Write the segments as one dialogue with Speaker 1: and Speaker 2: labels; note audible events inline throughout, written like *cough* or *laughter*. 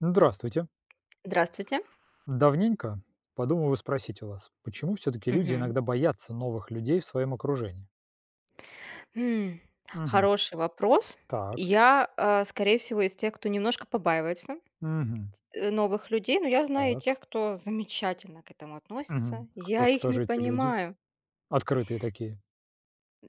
Speaker 1: Здравствуйте.
Speaker 2: Здравствуйте.
Speaker 1: Давненько подумываю спросить у вас, почему все-таки люди
Speaker 2: Мгм.
Speaker 1: иногда боятся новых людей в своем окружении?
Speaker 2: М,
Speaker 1: Мгм.
Speaker 2: хороший вопрос.
Speaker 1: Так.
Speaker 2: Скорее всего, из тех, кто немножко побаивается,
Speaker 1: Мгм.
Speaker 2: новых людей, но я знаю и
Speaker 1: Так.
Speaker 2: тех, кто замечательно к этому относится.
Speaker 1: Мгм. Кто,
Speaker 2: Я их
Speaker 1: кто
Speaker 2: не
Speaker 1: же эти люди?
Speaker 2: понимаю.
Speaker 1: Открытые такие.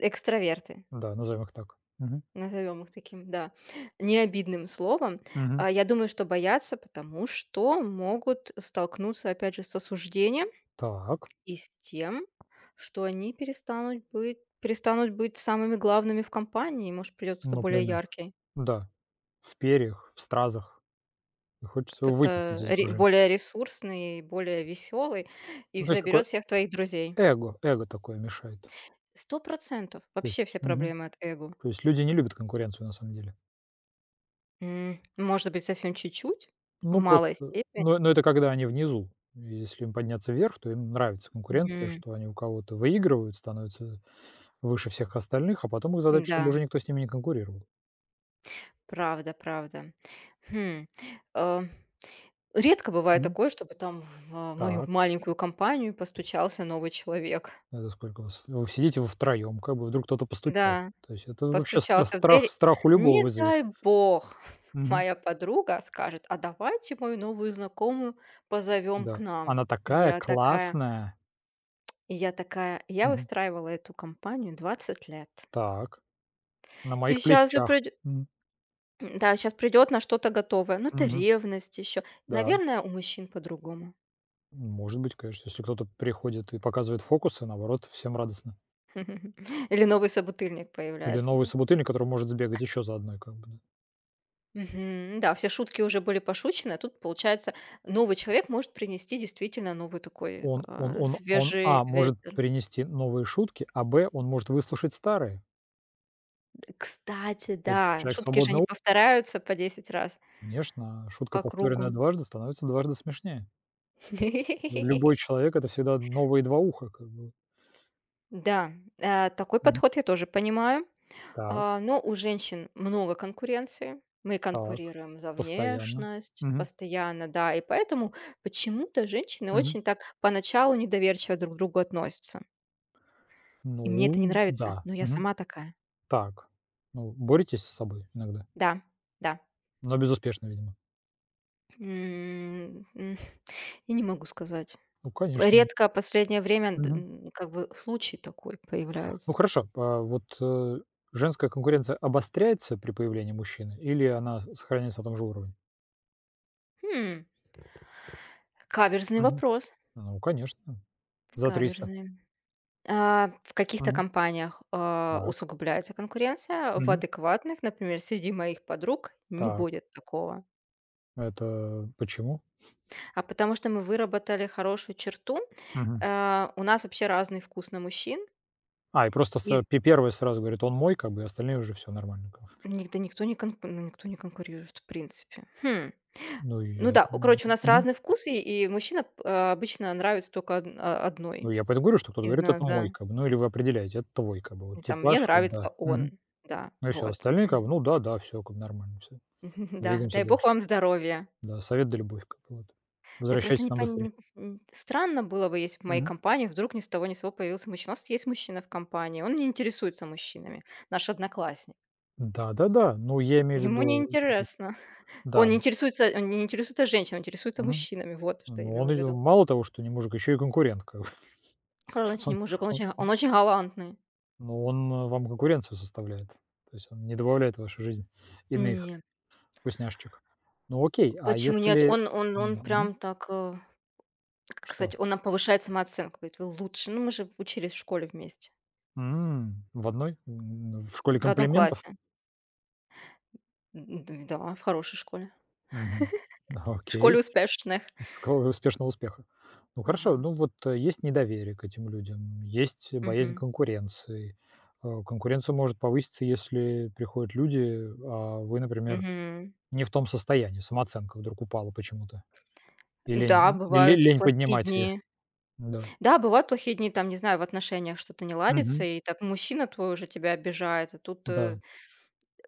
Speaker 2: Экстраверты,
Speaker 1: Да, назовем их так. Мгм.
Speaker 2: назовем их таким, да, необидным словом.
Speaker 1: Мгм.
Speaker 2: Я думаю, что боятся, потому что могут столкнуться, опять же, с осуждением
Speaker 1: Так.
Speaker 2: и с тем, что они перестанут быть самыми главными в компании. Может, придет кто-то более
Speaker 1: Например.
Speaker 2: яркий.
Speaker 1: Да. В перьях, в стразах. И хочется его вытеснить
Speaker 2: Кто-то
Speaker 1: из
Speaker 2: ре
Speaker 1: окружения.
Speaker 2: более ресурсный, более веселый и
Speaker 1: Ну, то есть
Speaker 2: заберет всех твоих друзей.
Speaker 1: эго такое мешает.
Speaker 2: 100%.
Speaker 1: То
Speaker 2: Вообще
Speaker 1: есть,
Speaker 2: все
Speaker 1: мгм.
Speaker 2: проблемы от эго.
Speaker 1: То есть люди не любят конкуренцию на самом деле.
Speaker 2: Может быть, совсем чуть-чуть, в
Speaker 1: Ну,
Speaker 2: малой
Speaker 1: просто,
Speaker 2: степени.
Speaker 1: но это когда они внизу. Если им подняться вверх, то им нравится конкуренция,
Speaker 2: Мгм.
Speaker 1: что они у кого-то выигрывают, становятся выше всех остальных, а потом их задача, чтобы
Speaker 2: Да,
Speaker 1: уже никто с ними не конкурировал.
Speaker 2: правда, правда. Хм, э, редко бывает
Speaker 1: Мгм.
Speaker 2: такое, чтобы там в мою
Speaker 1: Так,
Speaker 2: маленькую компанию постучался новый человек.
Speaker 1: это сколько вас? Вы сидите вы втроем, как бы вдруг кто-то постучал.
Speaker 2: Да.
Speaker 1: То есть это вообще стра
Speaker 2: Постучался в
Speaker 1: страх
Speaker 2: дверь.
Speaker 1: страх у любого
Speaker 2: Не
Speaker 1: вызовет.
Speaker 2: дай бог, *laughs*
Speaker 1: Мгм.
Speaker 2: моя подруга скажет: «А давайте мою новую знакомую позовем к
Speaker 1: Да.
Speaker 2: нам».
Speaker 1: Она
Speaker 2: И
Speaker 1: такая
Speaker 2: я такая
Speaker 1: классная.
Speaker 2: и я такая, я
Speaker 1: Мгм.
Speaker 2: выстраивала эту компанию 20 лет.
Speaker 1: Так, на
Speaker 2: И
Speaker 1: моих
Speaker 2: щас и
Speaker 1: плечах. М.
Speaker 2: да, сейчас придет на что-то готовое. Ну, это
Speaker 1: Мгм.
Speaker 2: ревность еще.
Speaker 1: Да,
Speaker 2: Наверное, у мужчин по-другому.
Speaker 1: может быть, конечно, если кто-то приходит и показывает фокусы, наоборот, всем радостно.
Speaker 2: *laughs* Или новый собутыльник
Speaker 1: Или
Speaker 2: появляется,
Speaker 1: новый
Speaker 2: да.
Speaker 1: собутыльник, который может сбегать еще за одной как бы, да.
Speaker 2: Мгм. Да, все шутки уже были пошучены, а тут, получается, новый человек может принести действительно новый такой,
Speaker 1: Он он он он,
Speaker 2: свежий
Speaker 1: а, может
Speaker 2: ветер.
Speaker 1: принести новые шутки, а, б, он может выслушать старые.
Speaker 2: Д кстати,
Speaker 1: Это же
Speaker 2: да,
Speaker 1: человек
Speaker 2: шутки же не
Speaker 1: свободного ума.
Speaker 2: повторяются по 10 раз
Speaker 1: Конечно, а шутка,
Speaker 2: по кругу.
Speaker 1: повторенная дважды, становится дважды смешнее. Так что любой
Speaker 2: *laughs*
Speaker 1: человек- это всегда новые два уха как бы.
Speaker 2: Да, такой
Speaker 1: Мгм.
Speaker 2: подход я тоже понимаю.
Speaker 1: Так,
Speaker 2: Но у женщин много конкуренции. Мы
Speaker 1: так.
Speaker 2: конкурируем за
Speaker 1: Постоянно.
Speaker 2: внешность
Speaker 1: Мгм,
Speaker 2: постоянно, да, и поэтому почему-то женщины
Speaker 1: мгм.
Speaker 2: очень так поначалу недоверчиво друг к другу относятся. И мне это не
Speaker 1: Ну
Speaker 2: нравится,
Speaker 1: да.
Speaker 2: но я
Speaker 1: Мгм.
Speaker 2: сама такая.
Speaker 1: Так. Ну, боретесь с собой иногда,
Speaker 2: Да, да.
Speaker 1: но безуспешно, видимо.
Speaker 2: М, м, *laughs* я не могу сказать.
Speaker 1: Ну, конечно.
Speaker 2: Редко последнее время, д
Speaker 1: Мгм.
Speaker 2: н как бы случай такой
Speaker 1: Ну
Speaker 2: появляется.
Speaker 1: хорошо, а вот, женская конкуренция обостряется при появлении мужчины или она сохраняется на том же уровне?
Speaker 2: Хм. Каверзный
Speaker 1: Мгм.
Speaker 2: вопрос,
Speaker 1: Ну, конечно, за 300.
Speaker 2: каверзный. В каких-то
Speaker 1: Мгм.
Speaker 2: компаниях,
Speaker 1: Так,
Speaker 2: усугубляется конкуренция, в
Speaker 1: Мгм.
Speaker 2: адекватных, например, среди моих подруг не
Speaker 1: Так,
Speaker 2: будет такого.
Speaker 1: это почему?
Speaker 2: А потому что мы выработали хорошую черту.
Speaker 1: Мгм.
Speaker 2: У нас вообще разный вкус на мужчин,
Speaker 1: А, и просто
Speaker 2: и
Speaker 1: с пе первая сразу говорит: "Он мой", как бы, и остальные уже все нормально как бы.
Speaker 2: Никто не конку ну, никто не конкурирует, в принципе. Хм.
Speaker 1: Ну, и я
Speaker 2: Ну да,
Speaker 1: М,
Speaker 2: короче, у нас
Speaker 1: мгм.
Speaker 2: разные вкусы, и мужчина обычно нравится только
Speaker 1: Ну,
Speaker 2: одной
Speaker 1: Я поэтому говорю, что кто-то
Speaker 2: из
Speaker 1: говорит:
Speaker 2: нас,
Speaker 1: "Это
Speaker 2: да.
Speaker 1: мой", как бы, ну, или вы определяете: "Это твой", как бы, вот
Speaker 2: И там мне
Speaker 1: типаж, вот
Speaker 2: нравится
Speaker 1: да. Мгм.
Speaker 2: он. Да,
Speaker 1: Ну и всё,
Speaker 2: вот.
Speaker 1: остальные как бы: "Ну да, да, все как бы нормально, все.
Speaker 2: *laughs* Да,
Speaker 1: Двигаемся
Speaker 2: дай бог
Speaker 1: дальше".
Speaker 2: вам здоровья.
Speaker 1: Да, совет да любовь, как бы вот.
Speaker 2: Да, просто
Speaker 1: Возвращайтесь
Speaker 2: не
Speaker 1: нам быстрее.
Speaker 2: пони м, странно было бы, если б в моей
Speaker 1: Мгм.
Speaker 2: компании вдруг ни с того ни с сего появился мужчина. У нас есть мужчина в компании, он не интересуется мужчинами, наш одноклассник.
Speaker 1: Да-да-да, ну, я имею в
Speaker 2: Ему не
Speaker 1: виду, вот,
Speaker 2: интересно. *laughs* Он
Speaker 1: да.
Speaker 2: не интересуется он не интересуется женщинами, он интересуется
Speaker 1: Мгм.
Speaker 2: мужчинами. Вот что я
Speaker 1: Но он
Speaker 2: имела
Speaker 1: и
Speaker 2: в виду.
Speaker 1: мало того, что не мужик, еще и конкурент, как бы.
Speaker 2: Короче,
Speaker 1: *laughs* Он
Speaker 2: очень мужик, он
Speaker 1: он
Speaker 2: очень он очень галантный.
Speaker 1: ну, он вам конкуренцию составляет, то есть он не добавляет в вашу жизнь иных
Speaker 2: Не,
Speaker 1: вкусняшечек. Ну, окей, а
Speaker 2: почему нет?
Speaker 1: если
Speaker 2: Он он
Speaker 1: м,
Speaker 2: он
Speaker 1: мгм,
Speaker 2: прям так, как
Speaker 1: что?
Speaker 2: сказать, он нам повышает самооценку. Говорит: «Вы лучше». Ну, мы же учились в школе вместе,
Speaker 1: В одной? В школе
Speaker 2: в одном
Speaker 1: комплиментов?
Speaker 2: классе. М, д да, в хорошей школе.
Speaker 1: Мгм. *laughs*
Speaker 2: В школе
Speaker 1: Окей.
Speaker 2: успешных.
Speaker 1: Сказал, успешного успеха. Ну
Speaker 2: Ага.
Speaker 1: хорошо, ну вот, есть недоверие к этим людям, есть боязнь
Speaker 2: Мгм.
Speaker 1: конкуренции. Конкуренция может повыситься, если приходят люди, а вы, например,
Speaker 2: Мгм.
Speaker 1: не в том состоянии, самооценка вдруг упала почему-то, и
Speaker 2: Да,
Speaker 1: лень и ле
Speaker 2: бывают
Speaker 1: лень
Speaker 2: плохие
Speaker 1: поднимать её.
Speaker 2: дни.
Speaker 1: Да.
Speaker 2: Да, бывают плохие дни, там, не знаю, в отношениях что-то не ладится,
Speaker 1: Мгм.
Speaker 2: и так мужчина твой уже тебя обижает, а тут,
Speaker 1: Да,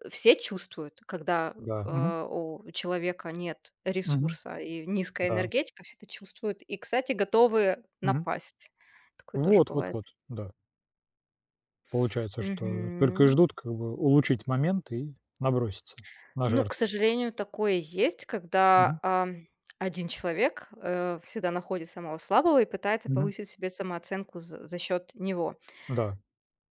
Speaker 2: все чувствуют, когда,
Speaker 1: да. Мгм.
Speaker 2: у человека нет
Speaker 1: Мгм.
Speaker 2: ресурса и низкая
Speaker 1: Да.
Speaker 2: энергетика, все это чувствуют и, кстати, готовы
Speaker 1: Мгм.
Speaker 2: напасть. Такое тоже
Speaker 1: Вот вот
Speaker 2: бывает.
Speaker 1: вот, да. Получается, что только и
Speaker 2: Мгм.
Speaker 1: ждут как бы улучшить момент и наброситься на
Speaker 2: Ну, к
Speaker 1: жертву.
Speaker 2: сожалению, такое есть, когда,
Speaker 1: Мгм.
Speaker 2: 1 человек, всегда находит самого слабого и пытается
Speaker 1: Мгм.
Speaker 2: повысить себе самооценку за счет него.
Speaker 1: Да.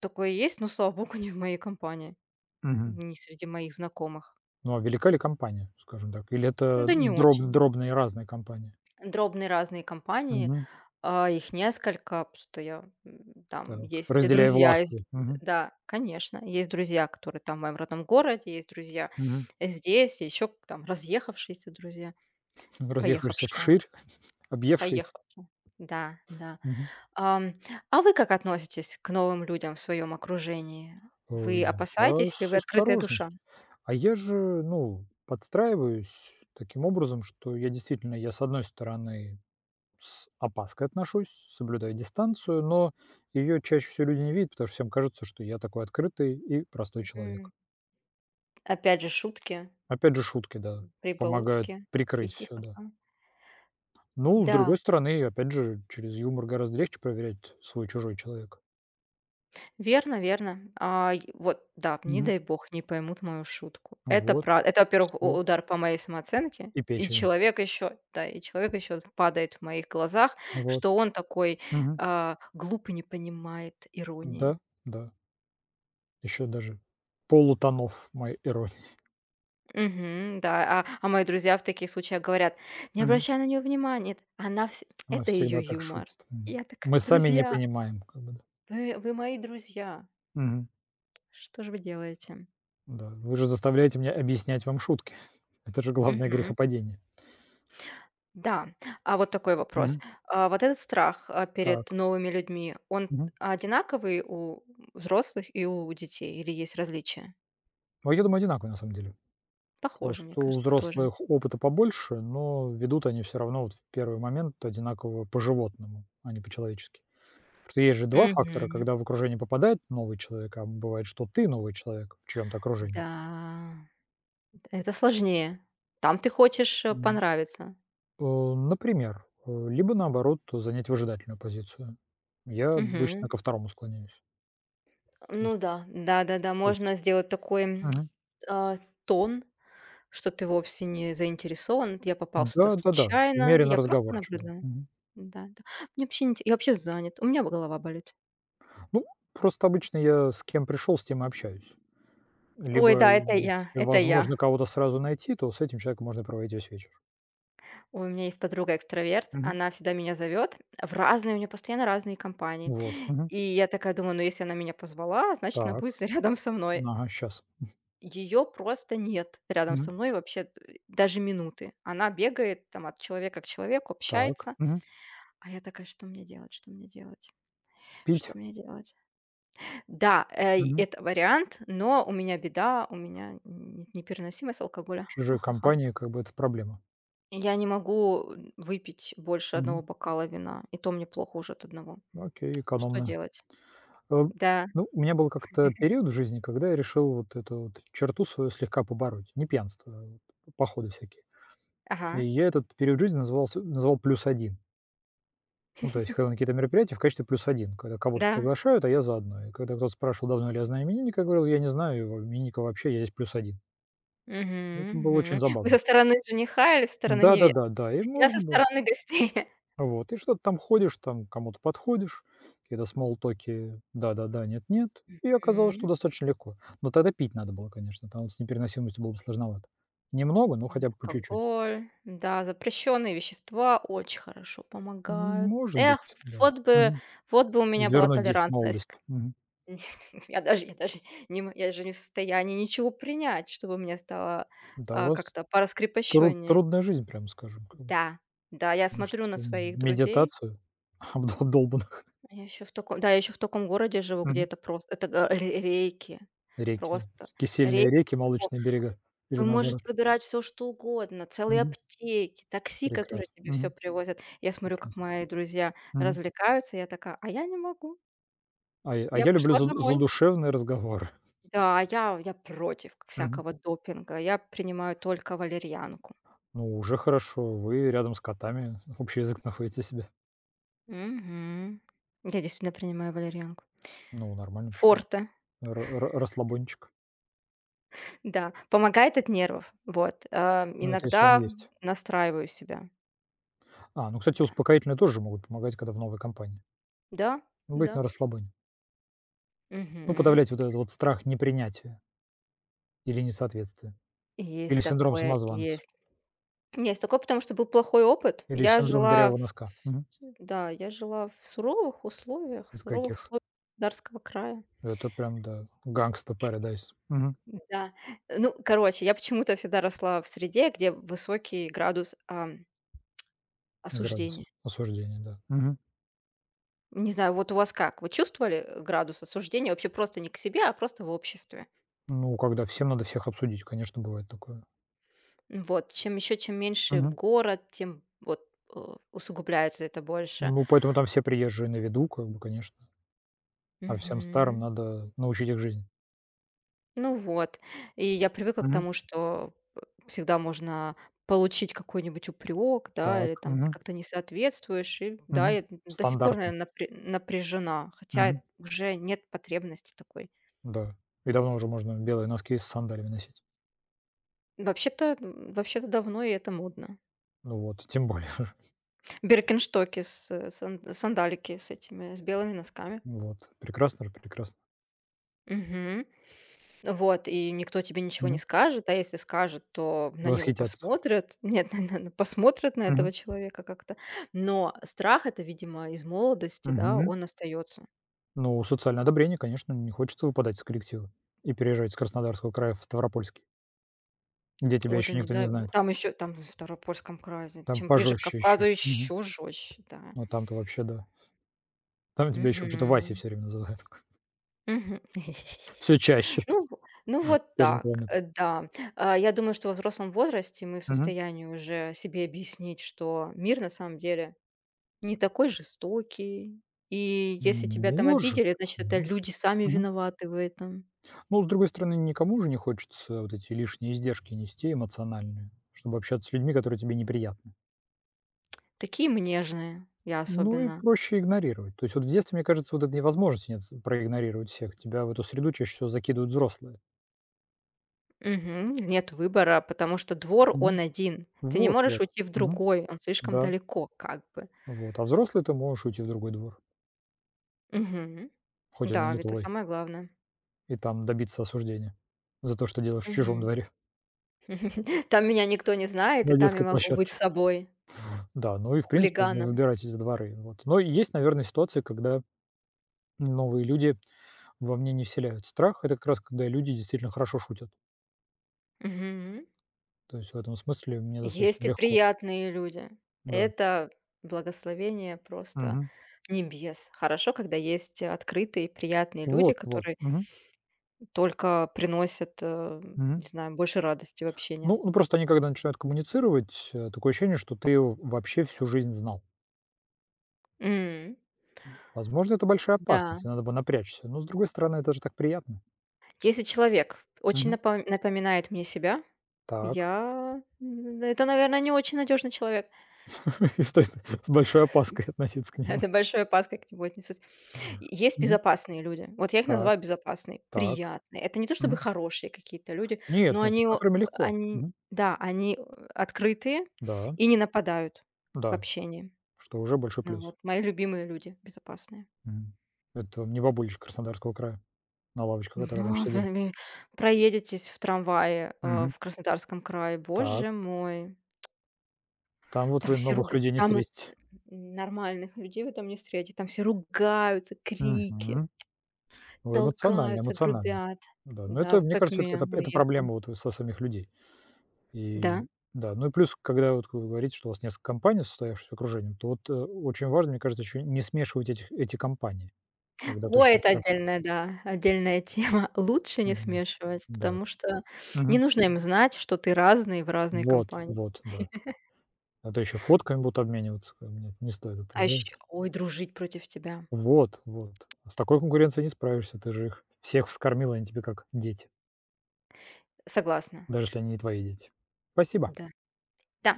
Speaker 2: Такое есть, но, слава богу, *laughs* не в моей компании.
Speaker 1: Мгм.
Speaker 2: Не среди моих знакомых.
Speaker 1: Ну, а велика ли компания, скажем так? Или это
Speaker 2: Да не
Speaker 1: дроб
Speaker 2: очень.
Speaker 1: дробные разные компании?
Speaker 2: Дробные разные компании,
Speaker 1: Мгм.
Speaker 2: их несколько, потому что там
Speaker 1: Так.
Speaker 2: есть и
Speaker 1: Разделяй
Speaker 2: друзья из.
Speaker 1: власти. Мгм.
Speaker 2: Да, конечно, есть друзья, которые там в моем родном городе, есть друзья
Speaker 1: Мгм.
Speaker 2: здесь, и еще там разъехавшиеся друзья,
Speaker 1: Разъехавшиеся
Speaker 2: поехавшие,
Speaker 1: вширь, *laughs* объевшись.
Speaker 2: поехавшие. Да, да.
Speaker 1: Мгм.
Speaker 2: Ам, а вы как относитесь к новым людям в своем окружении?
Speaker 1: Э,
Speaker 2: Вы
Speaker 1: я
Speaker 2: опасаетесь или
Speaker 1: с
Speaker 2: вы открытая душа?
Speaker 1: осторожностью. А я же, ну, подстраиваюсь таким образом, что я, с одной стороны, с опаской отношусь, соблюдаю дистанцию, но ее чаще всего люди не видят, потому что всем кажется, что я такой открытый и простой человек.
Speaker 2: Мгм. Опять же шутки,
Speaker 1: Опять же, шутки, да, помогают
Speaker 2: прибаутки,
Speaker 1: прикрыть
Speaker 2: хихи.
Speaker 1: все, да. Ну, с
Speaker 2: Да,
Speaker 1: другой стороны, опять же, через юмор гораздо легче проверять свой чужой человек.
Speaker 2: верно верно. А, й вот, да, не
Speaker 1: Мгм.
Speaker 2: дай бог, не поймут мою шутку. Это
Speaker 1: Вот,
Speaker 2: правда, это, во-первых, у
Speaker 1: всё.
Speaker 2: удар по моей самооценке,
Speaker 1: И
Speaker 2: и
Speaker 1: печени.
Speaker 2: человек еще, да, и человек еще падает в моих глазах,
Speaker 1: Вот.
Speaker 2: что он такой,
Speaker 1: Мгм.
Speaker 2: глуп, не понимает
Speaker 1: Да,
Speaker 2: иронии.
Speaker 1: да. Еще даже полутонов моей иронии.
Speaker 2: Мгм, да, мои друзья в таких случаях говорят: «Не
Speaker 1: Мгм.
Speaker 2: обращай на нее внимания, эт она вс
Speaker 1: Она
Speaker 2: это ее
Speaker 1: всегда так
Speaker 2: юмор».
Speaker 1: шутит.
Speaker 2: И
Speaker 1: Мгм.
Speaker 2: я так:
Speaker 1: Мы сами не
Speaker 2: «Друзья,
Speaker 1: понимаем, как бы, да.
Speaker 2: вы мои друзья,
Speaker 1: Мгм.
Speaker 2: что же вы делаете?»
Speaker 1: Да, вы же заставляете меня объяснять вам шутки. *laughs* Это же главное грехопадение.
Speaker 2: Да, а вот такой вопрос.
Speaker 1: Мгм.
Speaker 2: А вот этот страх, перед
Speaker 1: Так.
Speaker 2: новыми людьми, он
Speaker 1: Мгм.
Speaker 2: одинаковый у взрослых и у детей или есть различия?
Speaker 1: Ну, я думаю, одинаковые, на самом деле.
Speaker 2: Похоже, мне
Speaker 1: Просто у
Speaker 2: кажется, тоже.
Speaker 1: взрослых опыта побольше, но ведут они все равно вот в первый момент одинаково по-животному, а не по-человечески. Потому что есть же два фактора,
Speaker 2: Мгм.
Speaker 1: когда в окружение попадает новый человек, а бывает, что ты новый человек в чьём-то окружении.
Speaker 2: Да, это сложнее. Там ты хочешь,
Speaker 1: М,
Speaker 2: понравиться.
Speaker 1: например, либо, наоборот, занять выжидательную позицию. Я обычно
Speaker 2: Мгм.
Speaker 1: ко второму склоняюсь. То
Speaker 2: Ну
Speaker 1: есть
Speaker 2: да, да-да-да,
Speaker 1: то есть
Speaker 2: можно сделать такой,
Speaker 1: Мгм.
Speaker 2: а, тон. Что ты вовсе не заинтересован, я попал сюда
Speaker 1: Да-да-да,
Speaker 2: случайно,
Speaker 1: умеренно
Speaker 2: я просто
Speaker 1: разговорчив, да.
Speaker 2: наблюдаю.
Speaker 1: Мгм.
Speaker 2: Да, да. Мне вообще не инте я вообще занят, у меня голова болит.
Speaker 1: Ну, просто обычно я с кем пришел, с тем и общаюсь.
Speaker 2: Ой,
Speaker 1: Либо,
Speaker 2: да, это я,
Speaker 1: если
Speaker 2: это я.
Speaker 1: возможно кого-то сразу найти, то с этим человеком можно проводить весь вечер.
Speaker 2: Ой, у меня есть подруга экстраверт,
Speaker 1: Мгм.
Speaker 2: она всегда меня зовет в разные, у нее постоянно разные компании.
Speaker 1: Вот. Мгм.
Speaker 2: И я такая думаю, ну, если она меня позвала, значит, она
Speaker 1: Так.
Speaker 2: будет *laughs* рядом со мной.
Speaker 1: Ага, сейчас.
Speaker 2: Ее просто нет рядом
Speaker 1: Мгм.
Speaker 2: со мной вообще, даже минуты. Она бегает там от человека к человеку,
Speaker 1: Так.
Speaker 2: общается,
Speaker 1: Мгм.
Speaker 2: а я такая: «Что мне делать? Что мне делать? Что
Speaker 1: Пить.
Speaker 2: мне делать?» Да, и
Speaker 1: Мгм.
Speaker 2: это вариант, но у меня беда, у меня н непереносимость алкоголя.
Speaker 1: В чужой
Speaker 2: Ха
Speaker 1: компании как бы это проблема.
Speaker 2: Я не могу, выпить больше одного
Speaker 1: Мгм.
Speaker 2: бокала вина, и то мне плохо уже от одного.
Speaker 1: Окей,
Speaker 2: Что
Speaker 1: экономно.
Speaker 2: делать?
Speaker 1: Э,
Speaker 2: Да.
Speaker 1: ну, у меня был как-то период в жизни, когда я решил вот эту вот черту свою слегка побороть. Не пьянство, а вот походы всякие.
Speaker 2: Ага.
Speaker 1: И я этот период жизни называл "плюс один". Ну, то есть, когда на
Speaker 2: *laughs*
Speaker 1: какие-то мероприятия в качестве плюс один, когда кого-то
Speaker 2: Да.
Speaker 1: приглашают, а я заодно. И когда кто-то спрашивал, давно ли я знаю именинника, я говорил: "Я не знаю его именинника вообще, я здесь плюс один".
Speaker 2: Мгм,
Speaker 1: Это было очень
Speaker 2: мгм. Вы со
Speaker 1: забавно.
Speaker 2: стороны жениха или со стороны невесты?
Speaker 1: Да-да-да, да, и
Speaker 2: Я со
Speaker 1: можно было.
Speaker 2: стороны гостей. *laughs*
Speaker 1: Вот, и что-то там ходишь, там кому-то подходишь, какие-то смоллтоки: "Да-да-да, нет-нет". И оказалось, что
Speaker 2: М.
Speaker 1: достаточно легко. Но тогда пить надо было, конечно, там вот с непереносимостью было бы сложновато. Немного, но хотя бы по чуть-чуть.
Speaker 2: Алкоголь, да, запрещенные вещества очень хорошо
Speaker 1: М,
Speaker 2: помогают.
Speaker 1: может быть,
Speaker 2: Эх,
Speaker 1: да.
Speaker 2: вот бы
Speaker 1: Мгм.
Speaker 2: вот бы у меня была
Speaker 1: Вернуть де
Speaker 2: толерантность.
Speaker 1: молодость. Мгм.
Speaker 2: *laughs* я даже я даже я же не в состоянии ничего принять, чтобы мне стало,
Speaker 1: Да, у вас
Speaker 2: как-то
Speaker 1: труд
Speaker 2: пораскрепощеннее.
Speaker 1: трудная жизнь, прямо скажем.
Speaker 2: Да, да, я
Speaker 1: Может,
Speaker 2: смотрю на своих друзей.
Speaker 1: медитацию *laughs* обдолбанных?
Speaker 2: Я еще в таком, да, я еще в таком городе живу, где
Speaker 1: Мгм.
Speaker 2: это просто это га ре рейки.
Speaker 1: Реки,
Speaker 2: Просто
Speaker 1: кисельные
Speaker 2: рейки
Speaker 1: реки,
Speaker 2: всего.
Speaker 1: молочные берега или
Speaker 2: Вы можете
Speaker 1: наоборот?
Speaker 2: выбирать все что угодно, целые
Speaker 1: Мгм.
Speaker 2: аптеки, такси, которые
Speaker 1: Прекрасно.
Speaker 2: тебе все
Speaker 1: Мгм.
Speaker 2: привозят. Я смотрю, как
Speaker 1: Прекрасно.
Speaker 2: мои друзья
Speaker 1: Мгм.
Speaker 2: развлекаются, я такая: «А я не могу,
Speaker 1: А я а
Speaker 2: я
Speaker 1: я люблю
Speaker 2: пошла
Speaker 1: за
Speaker 2: домой».
Speaker 1: задушевные разговоры.
Speaker 2: Да, я против
Speaker 1: Мгм.
Speaker 2: всякого допинга. Я принимаю только валерьянку.
Speaker 1: Ну, уже хорошо, вы рядом с котами общий язык находите себе.
Speaker 2: Мгм. Я действительно принимаю валерьянку.
Speaker 1: Ну, нормально, почему?
Speaker 2: Форте,
Speaker 1: Ра ра расслабончик.
Speaker 2: *laughs* да, помогает от нервов. Вот,
Speaker 1: Ну, это если
Speaker 2: иногда
Speaker 1: они есть.
Speaker 2: настраиваю себя.
Speaker 1: А, ну, кстати,
Speaker 2: Да,
Speaker 1: успокоительные тоже могут помогать, когда в новой компании.
Speaker 2: да.
Speaker 1: Ну, быть
Speaker 2: Да.
Speaker 1: на нарасслабоне. Ну,
Speaker 2: Мгм.
Speaker 1: подавлять вот этот вот страх непринятия или несоответствия, или
Speaker 2: Есть
Speaker 1: синдром
Speaker 2: такое,
Speaker 1: самозванца.
Speaker 2: есть. Есть такое, потому что был плохой опыт.
Speaker 1: Или
Speaker 2: Я
Speaker 1: "Синдром
Speaker 2: жила
Speaker 1: дырявого носка". Мгм.
Speaker 2: в да, я жила в
Speaker 1: Это
Speaker 2: суровых
Speaker 1: каких?
Speaker 2: условиях Дарского края.
Speaker 1: Это прям, да, Gangsta Paradise. Мгм.
Speaker 2: Да. Ну, короче, я почему-то всегда росла в среде, где высокий градус,
Speaker 1: Градус
Speaker 2: осуждения.
Speaker 1: осуждения, да. Мгм.
Speaker 2: Не знаю, вот у вас как? Вы чувствовали, градус осуждения вообще просто не к себе, а просто в обществе?
Speaker 1: Ну, когда всем надо всех обсудить, конечно, бывает такое.
Speaker 2: Вот. Чем еще чем меньше
Speaker 1: Мгм.
Speaker 2: город, тем вот, э, усугубляется это больше.
Speaker 1: Ну, поэтому там все приезжие на виду, как бы, конечно, а всем старым
Speaker 2: Мгм.
Speaker 1: надо научить их жизни.
Speaker 2: Ну вот. И я привыкла к
Speaker 1: Мгм.
Speaker 2: тому, что п всегда можно получить какой-нибудь упрек, да,
Speaker 1: Так.
Speaker 2: или там: «Ты
Speaker 1: Мгм.
Speaker 2: как-то не соответствуешь». И да,
Speaker 1: Мгм.
Speaker 2: я до сих пор,
Speaker 1: Стандарты.
Speaker 2: наверное, напряжена, хотя
Speaker 1: Мгм.
Speaker 2: уже нет потребности такой.
Speaker 1: Да. И давно уже можно белые носки с сандалями носить.
Speaker 2: Вообще-то вообще-то давно и это модно.
Speaker 1: Ну вот, тем более. *laughs*
Speaker 2: Беркенштоки с сандалики с этими, с белыми носками.
Speaker 1: Вот. Прекрасно же, прекрасно.
Speaker 2: Мгм. Вот, и никто тебе ничего не
Speaker 1: Мгм.
Speaker 2: скажет, а если скажет, то на него
Speaker 1: Восхитятся.
Speaker 2: посмотрят. Нет, *laughs* на посмотрят на
Speaker 1: Мгм.
Speaker 2: этого человека как-то. Но страх — это, видимо, из молодости, да,
Speaker 1: Мгм.
Speaker 2: он остается.
Speaker 1: Ну, социальное одобрение, конечно, не хочется выпадать из коллектива и переезжать с Краснодарского края в Ставропольский, где тебя
Speaker 2: Ой, да
Speaker 1: еще
Speaker 2: не
Speaker 1: никто не
Speaker 2: дай бог.
Speaker 1: знает.
Speaker 2: Там еще, там в Ставропольском крае, зн
Speaker 1: Там
Speaker 2: чем ближе к
Speaker 1: пожестче
Speaker 2: Кавказу,
Speaker 1: еще. Мгм.
Speaker 2: еще жестче, да.
Speaker 1: Ну, там-то вообще да. Там тебя еще почему-то Вася
Speaker 2: Мгм.
Speaker 1: все время называют. *laughs*
Speaker 2: Мгм. *laughs*
Speaker 1: Все чаще, с
Speaker 2: Ну в ну вот
Speaker 1: каждым
Speaker 2: так,
Speaker 1: километром.
Speaker 2: да. Я думаю, что во взрослом возрасте мы в
Speaker 1: Мгм.
Speaker 2: состоянии уже себе объяснить, что мир на самом деле не такой жестокий. И если тебя там
Speaker 1: Может,
Speaker 2: обидели, значит, это
Speaker 1: может.
Speaker 2: люди сами
Speaker 1: Мгм.
Speaker 2: виноваты в этом.
Speaker 1: Ну, с другой стороны, никому же не хочется вот эти лишние издержки нести эмоциональные, чтобы общаться с людьми, которые тебе неприятны.
Speaker 2: Такие мы нежные, я
Speaker 1: Ну и
Speaker 2: особенно.
Speaker 1: проще игнорировать. То есть вот в детстве, мне кажется, вот этой невозможности нет проигнорировать всех. Тебя в эту среду чаще всего закидывают взрослые.
Speaker 2: Мгм. Нет выбора, потому что двор, он
Speaker 1: Мгм.
Speaker 2: один. Ты не
Speaker 1: Вот
Speaker 2: можешь
Speaker 1: вот.
Speaker 2: уйти в
Speaker 1: Мгм.
Speaker 2: другой, он слишком
Speaker 1: Да,
Speaker 2: далеко как бы.
Speaker 1: вот. А взрослый ты можешь уйти в другой двор,
Speaker 2: Мгм.
Speaker 1: хоть он и
Speaker 2: Да,
Speaker 1: не
Speaker 2: это
Speaker 1: твой,
Speaker 2: самое главное.
Speaker 1: и там добиться осуждения за то, что делаешь в чужом
Speaker 2: Мгм.
Speaker 1: дворе
Speaker 2: *laughs* Там меня никто не знает, и
Speaker 1: на
Speaker 2: там я
Speaker 1: детской
Speaker 2: могу быть
Speaker 1: площадке.
Speaker 2: собой,
Speaker 1: Да, ну и, в принципе, вы
Speaker 2: хулиганом.
Speaker 1: выбирать эти дворы, вот. Но есть, наверное, ситуации, когда новые люди во мне не вселяют страх. Это как раз когда люди действительно хорошо шутят.
Speaker 2: Мгм.
Speaker 1: То есть в этом смысле мне достаточно
Speaker 2: Есть и
Speaker 1: легко.
Speaker 2: приятные люди.
Speaker 1: Да.
Speaker 2: Это благословение просто
Speaker 1: Мгм.
Speaker 2: небес. Хорошо, когда есть открытые, приятные люди,
Speaker 1: Вот вот.
Speaker 2: которые
Speaker 1: Мгм.
Speaker 2: только приносят, не
Speaker 1: Мгм.
Speaker 2: знаю, больше радости в общении.
Speaker 1: Ну, просто они когда начинают коммуницировать, такое ощущение, что ты его вообще всю жизнь знал.
Speaker 2: М,
Speaker 1: Возможно, это большая
Speaker 2: да.
Speaker 1: опасность, и надо бы напрячься. Но, с другой стороны, это же так приятно.
Speaker 2: Если человек очень
Speaker 1: Мгм.
Speaker 2: напоминает мне себя,
Speaker 1: Так.
Speaker 2: я н это, наверное, не очень надежный человек.
Speaker 1: *laughs* И с большой опаской относиться к
Speaker 2: *laughs*
Speaker 1: нему.
Speaker 2: Это большой пас как-нибудь не. Есть
Speaker 1: Мгм.
Speaker 2: безопасные люди. Вот я их
Speaker 1: Так,
Speaker 2: называю безопасные,
Speaker 1: так.
Speaker 2: приятные. Это не то чтобы
Speaker 1: Мгм.
Speaker 2: хорошие какие-то люди, но
Speaker 1: Нет, нет, с
Speaker 2: они о
Speaker 1: которыми легко.
Speaker 2: они
Speaker 1: Мгм.
Speaker 2: да, они, открытые
Speaker 1: Да,
Speaker 2: и не нападают в
Speaker 1: да,
Speaker 2: общении.
Speaker 1: что уже большой
Speaker 2: Ну
Speaker 1: плюс.
Speaker 2: вот мои любимые люди безопасные.
Speaker 1: Мгм. Это вам не бабулечки Краснодарского края на лавочке, которые раньше
Speaker 2: Но вы
Speaker 1: сидели.
Speaker 2: ми проедетесь в трамвае,
Speaker 1: Мгм.
Speaker 2: в Краснодарском крае,
Speaker 1: Так,
Speaker 2: боже мой.
Speaker 1: там вот
Speaker 2: Там
Speaker 1: вы
Speaker 2: все
Speaker 1: новых
Speaker 2: руга
Speaker 1: людей не
Speaker 2: там,
Speaker 1: встретите.
Speaker 2: нормальных людей вы там не встретите. Там все ругаются, крики.
Speaker 1: Мгм. Вы эмоциональны,
Speaker 2: Толкаются,
Speaker 1: эмоциональны.
Speaker 2: грубят.
Speaker 1: Да, но
Speaker 2: Да,
Speaker 1: это,
Speaker 2: вот
Speaker 1: мне
Speaker 2: поэтому
Speaker 1: кажется, все
Speaker 2: я
Speaker 1: таки это
Speaker 2: уехала.
Speaker 1: проблема вот со самих людей. И
Speaker 2: Да.
Speaker 1: да, ну и плюс, когда вот вы говорите, что у вас несколько компаний, состоявшихся окружением, то вот очень важно, мне кажется, еще не смешивать эти компании. Тогда
Speaker 2: Ой,
Speaker 1: точно не
Speaker 2: это
Speaker 1: прош-
Speaker 2: отдельная, да, отдельная тема. *laughs* Лучше не
Speaker 1: Вот.
Speaker 2: смешивать,
Speaker 1: Да.
Speaker 2: потому что не
Speaker 1: Мгм.
Speaker 2: нужно им знать, что ты разный в разной
Speaker 1: Вот,
Speaker 2: компании.
Speaker 1: вот, да. А то еще фотками будут обмениваться, как бы. Нет, не стоит этого
Speaker 2: А
Speaker 1: делать.
Speaker 2: еще, ой, дружить против тебя.
Speaker 1: Вот, вот. С такой конкуренцией не справишься. Ты же их всех вскормила, они тебе как дети.
Speaker 2: Согласна,
Speaker 1: Даже если они не твои дети. Спасибо.
Speaker 2: да. Да.